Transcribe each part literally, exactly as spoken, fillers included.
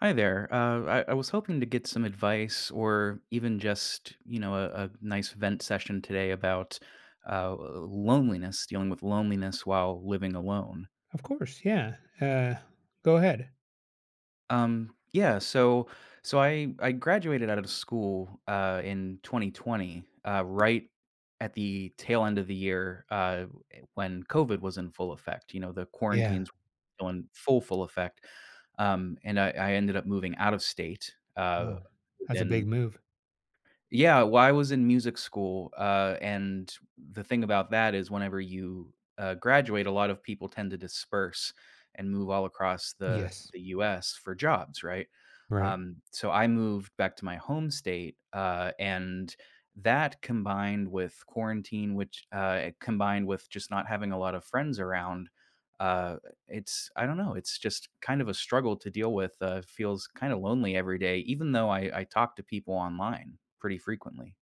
Hi there. Uh, I, I was hoping to get some advice or even just, you know, a, a nice vent session today about uh, loneliness, dealing with loneliness while living alone. Of course, yeah. Uh, go ahead. Um, yeah, so so I I graduated out of school uh, in twenty twenty, uh, right at the tail end of the year uh, when COVID was in full effect. You know, the Yeah, quarantines were still in full full effect, um, and I, I ended up moving out of state. Uh, no. That's a in big move. Yeah, well, I was in music school, uh, and the thing about that is whenever you, uh, graduate, a lot of people tend to disperse and move all across the Yes, the U S for jobs, right? right. Um, so I moved back to my home state, uh, and that combined with quarantine, which, uh, it combined with just not having a lot of friends around, uh it's I don't know, it's just kind of a struggle to deal with, uh, feels kinda lonely every day, even though I I talk to people online pretty frequently.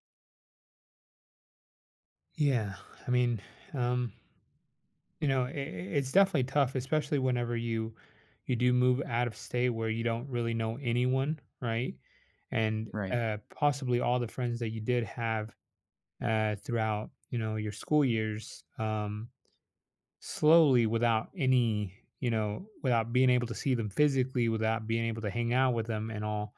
Yeah, I mean, um, you know, I I it's definitely tough, especially whenever you you do move out of state where you don't really know anyone, right? And Right. uh, possibly all the friends that you did have uh, throughout, you know, your school years, um, slowly without any, you know, without being able to see them physically, without being able to hang out with them and all,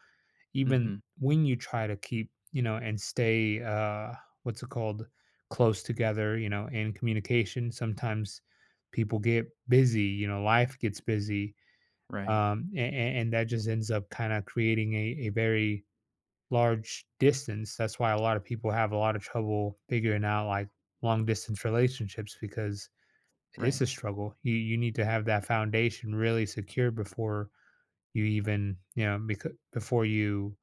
even Mhm. when you try to keep, you know, and stay, uh, what's it called, close together, you know, in communication, sometimes people get busy, you know, life gets busy. Right. Um, and, and that just ends up kind of creating a, a very large distance. That's why a lot of people have a lot of trouble figuring out like long distance relationships because it is Right. a struggle. You you need to have that foundation really secure before you even, you know, because before you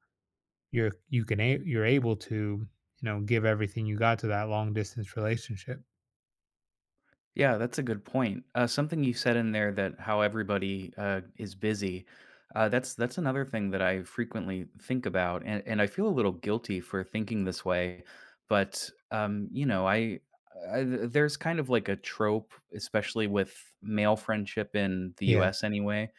you're you can a- you're able to, you know, give everything you got to that long distance relationship. Yeah, that's a good point. Uh, something you said in there that how everybody, uh, is busy, uh, that's that's another thing that I frequently think about, and and I feel a little guilty for thinking this way, but, um, you know, I I there's kind of like a trope, especially with male friendship in the Yeah. U S anyway,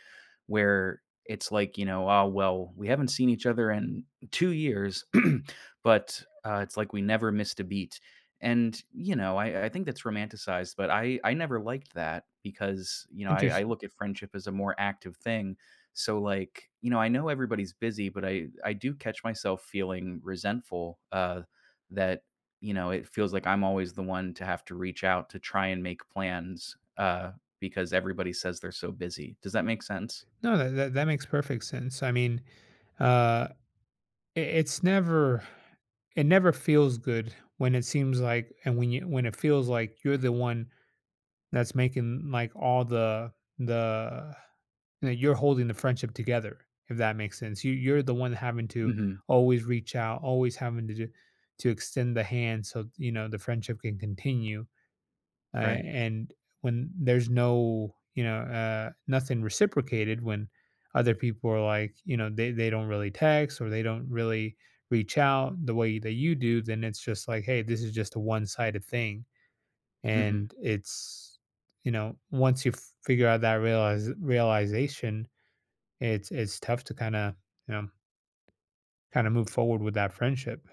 where it's like, you know, oh, well, we haven't seen each other in two years, but uh, it's like we never missed a beat. And, you know, I, I think that's romanticized, but I, I never liked that because, you know, I, I Interesting. look at friendship as a more active thing. So, like, you know, I know everybody's busy, but I, I do catch myself feeling resentful uh, that, you know, it feels like I'm always the one to have to reach out to try and make plans uh, because everybody says they're so busy. Does that make sense? No, that, that, that makes perfect sense. I mean, uh it, it's never it never feels good when it seems like, and when you, when it feels like you're the one that's making like all the the you know, you're holding the friendship together, if that makes sense. You you're the one having to Mhm. always reach out, always having to do, to extend the hand so, you know, the friendship can continue. uh, Right. and when there's no, you know, uh, nothing reciprocated when other people are like, you know, they, they don't really text or they don't really reach out the way that you do, then it's just like, hey, this is just a one-sided thing. Mhm. And it's, you know, once you f- figure out that realize realization, it's it's tough to kind of, you know, kind of move forward with that friendship.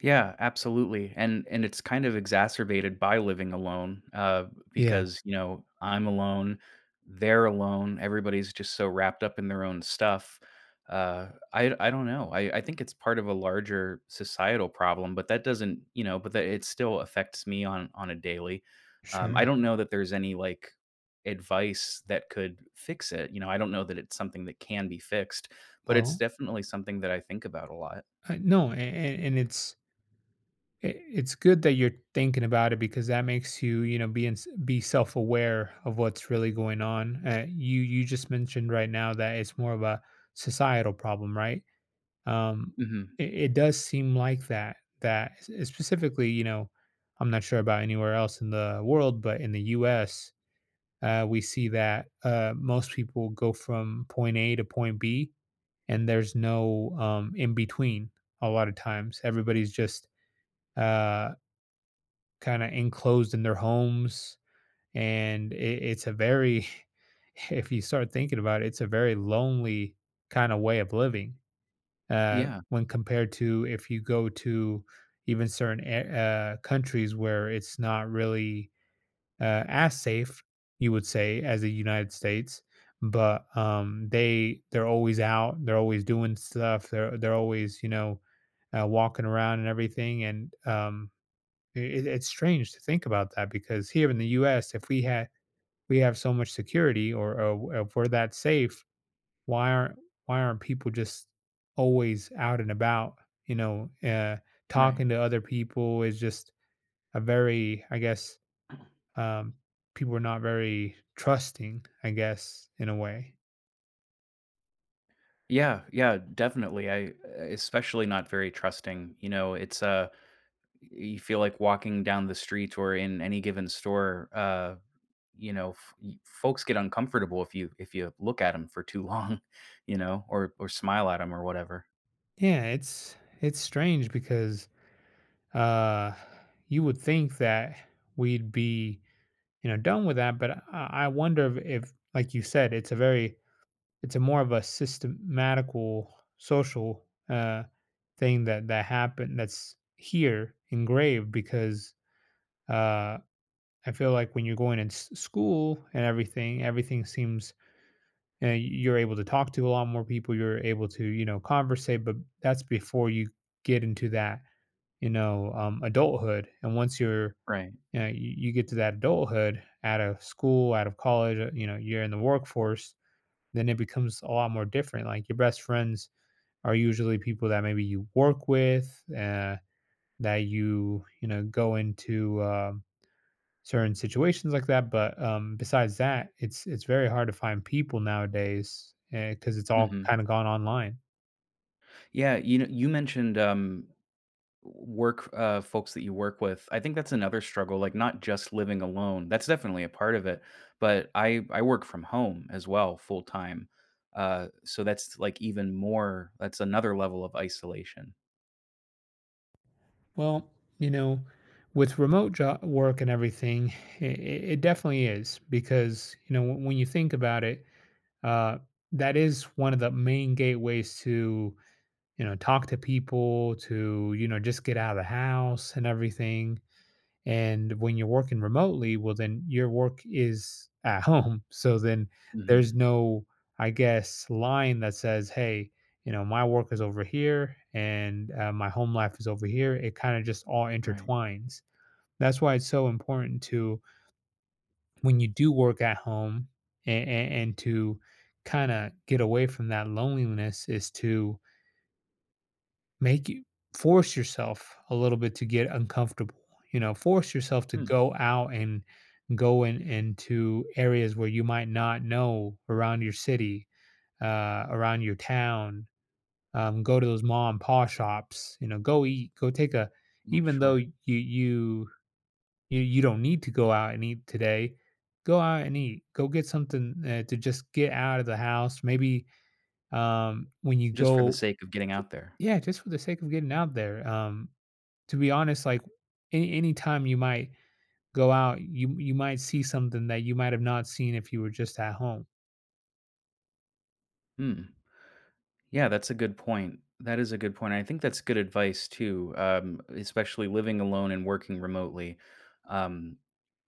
Yeah, absolutely. And and it's kind of exacerbated by living alone, uh, Yeah. because, you know, I'm alone, they're alone, everybody's just so wrapped up in their own stuff. Uh, I I don't know. I I think it's part of a larger societal problem, but that doesn't, you know, but that it still affects me on on a daily. Um, I Sure. don't know that there's any like advice that could fix it. You know, I don't know that it's something that can be fixed, but it's Well, definitely something that I think about a lot. uh, no, and, and it's it, it's good that you're thinking about it because that makes you, you know, be in, be self-aware of what's really going on. uh, you you just mentioned right now that it's more of a societal problem, right? um Mhm. it, it does seem like that that, s- specifically, you know, I'm not sure about anywhere else in the world, but in the U S, uh, we see that uh, most people go from point A to point B, and there's no um, in between. A lot of times everybody's just uh, kinda enclosed in their homes, and it it's a very if you start thinking about it, it's a very lonely kinda way of living, uh, Yeah, when compared to if you go to even certain a uh, countries where it's not really, uh, as safe, you would say, as the United States, but, um, they they're always out, they're always doing stuff, they're they're always, you know, uh, walking around and everything. And, um it it's strange to think about that because here in the U S, if we had we have so much security, or or if we're that safe, why aren't why aren't people just always out and about, you know, uh, right. talking to other people is just a very, I guess, um, people are not very trusting, I guess, in a way. Yeah, yeah, definitely. I especially not very trusting, you know, it's, uh you feel like walking down the street or in any given store, uh, you know, f y folks get uncomfortable if you if you look at them for too long, you know, or or smile at them or whatever. Yeah, it's it's strange because, uh, you would think that we'd be, you know, done with that. But I I wonder if, if, like you said, it's a very, it's a more of a systematical social uh, thing that that happened that's here engraved, because uh, I feel like when you're going in s- school and everything, everything seems, you know, you're able to talk to a lot more people. You're able to, you know, conversate, but that's before you get into that, you know, um, adulthood. And once you're, Right. you know, you, you get to that adulthood out of school, out of college, uh, you know, you're in the workforce, then it becomes a lot more different. Like your best friends are usually people that maybe you work with, uh, that you, you know, go into um, certain situations like that. But um, besides that, it's it's very hard to find people nowadays because it's all Mhm. kind of gone online. Yeah, you know, you mentioned, um work, uh, folks that you work with, I think that's another struggle, like, not just living alone, that's definitely a part of it, but I I work from home as well, full time, uh, so that's, like, even more that's another level of isolation. Well, you know, with remote job work and everything, it, it definitely is because, you know, when when you think about it, uh, that is one of the main gateways to, you know, talk to people, to, you know, just get out of the house and everything. And when you're working remotely, well, then your work is at home. So then there's Mhm, no, I guess, line that says, hey, you know, my work is over here and, uh, my home life is over here. It kind of just all right. intertwines. That's why it's so important to, when you do work at home and, and, and to kind of get away from that loneliness, is to Make you force yourself a little bit to get uncomfortable, you know, force yourself to Hmm, go out and go in into areas where you might not know around your city, uh, around your town, um, go to those mom and pop shops, you know, go eat, go take a well, even though sure. you you you you don't need to go out and eat today, go out and eat. Go get something, uh, to just get out of the house. Maybe, um, when you Just for the go sake of getting out there. Yeah, just for the sake of getting out there. Um, to be honest, like any any time you might go out, you you might see something that you might have not seen if you were just at home. Hmm. Yeah, that's a good point. That is a good point. I think that's good advice too, um, especially living alone and working remotely. Um,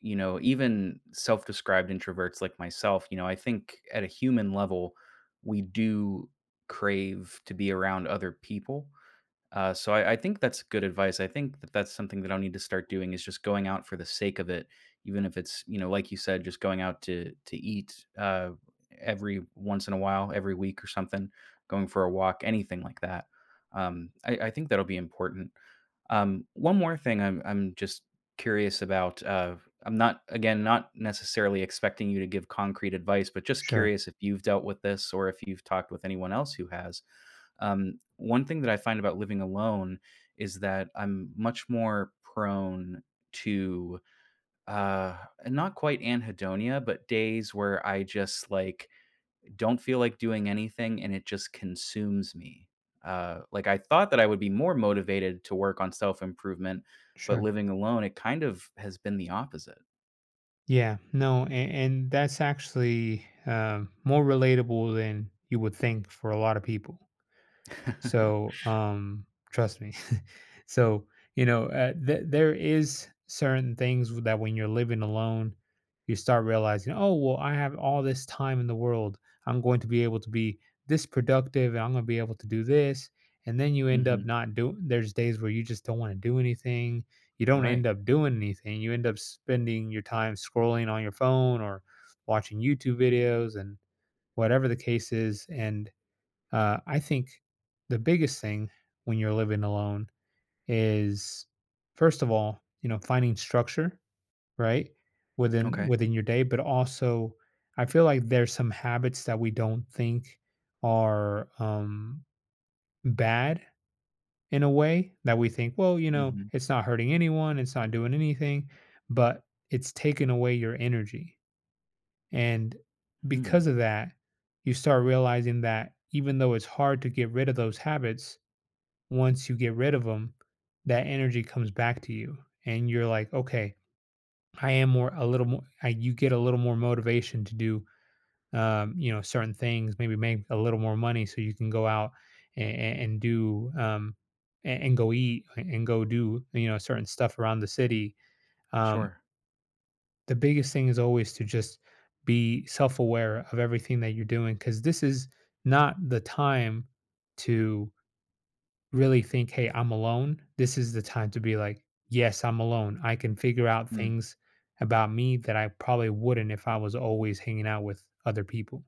you know, even self described introverts like myself, you know, I think at a human level, we do crave to be around other people. Uh, so I, I think that's good advice. I think that that's something that I'll need to start doing is just going out for the sake of it, even if it's you know like you said, just going out to to eat uh, every once in a while, every week or something, going for a walk, anything like that. Um, I, I think that'll be important. Um, one more thing I'm I'm just curious about. Uh, I'm not again not necessarily expecting you to give concrete advice, but just Sure, curious if you've dealt with this or if you've talked with anyone else who has. Um, one thing that I find about living alone is that I'm much more prone to uh, not quite anhedonia, but days where I just like don't feel like doing anything and it just consumes me. Uh, like I thought that I would be more motivated to work on self improvement, but sure. living alone, it kind of has been the opposite. Yeah, no, and, and that's actually, um, more relatable than you would think for a lot of people. So, um, trust me. So, you know, uh, th- there is certain things that when you're living alone, you start realizing, oh, well, I have all this time in the world. I'm going to be able to be this productive, and I'm going to be able to do this. And then you end up Hmm. not doing, there's days where you just don't want to do anything. You don't Right. end up doing anything. You end up spending your time scrolling on your phone or watching YouTube videos and whatever the case is. And, uh, I think the biggest thing when you're living alone is, first of all, you know, finding structure, right? Within Okay. within your day, but also I feel like there's some habits that we don't think are um bad, in a way that we think, well, you know, Hmm. it's not hurting anyone, it's not doing anything, but it's taking away your energy. And Hmm. because of that, you start realizing that even though it's hard to get rid of those habits, once you get rid of them, that energy comes back to you, and you're like, okay, I am more a little more. I, you get a little more motivation to do, um, you know, certain things. Maybe make a little more money so you can go out and, and do, um, and, and go eat and go do, you know, certain stuff around the city. Um, Sure. the biggest thing is always to just be self-aware of everything that you're doing because this is not the time to really think, "Hey, I'm alone." This is the time to be like, "Yes, I'm alone. I can figure out Hmm. things about me that I probably wouldn't if I was always hanging out with other people."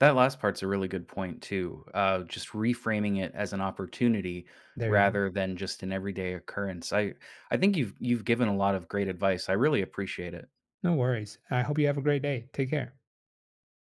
That last part's a really good point too. Uh, just reframing it as an opportunity There you go. rather than just an everyday occurrence. I I think you've you've given a lot of great advice. I really appreciate it. No worries. I hope you have a great day. Take care.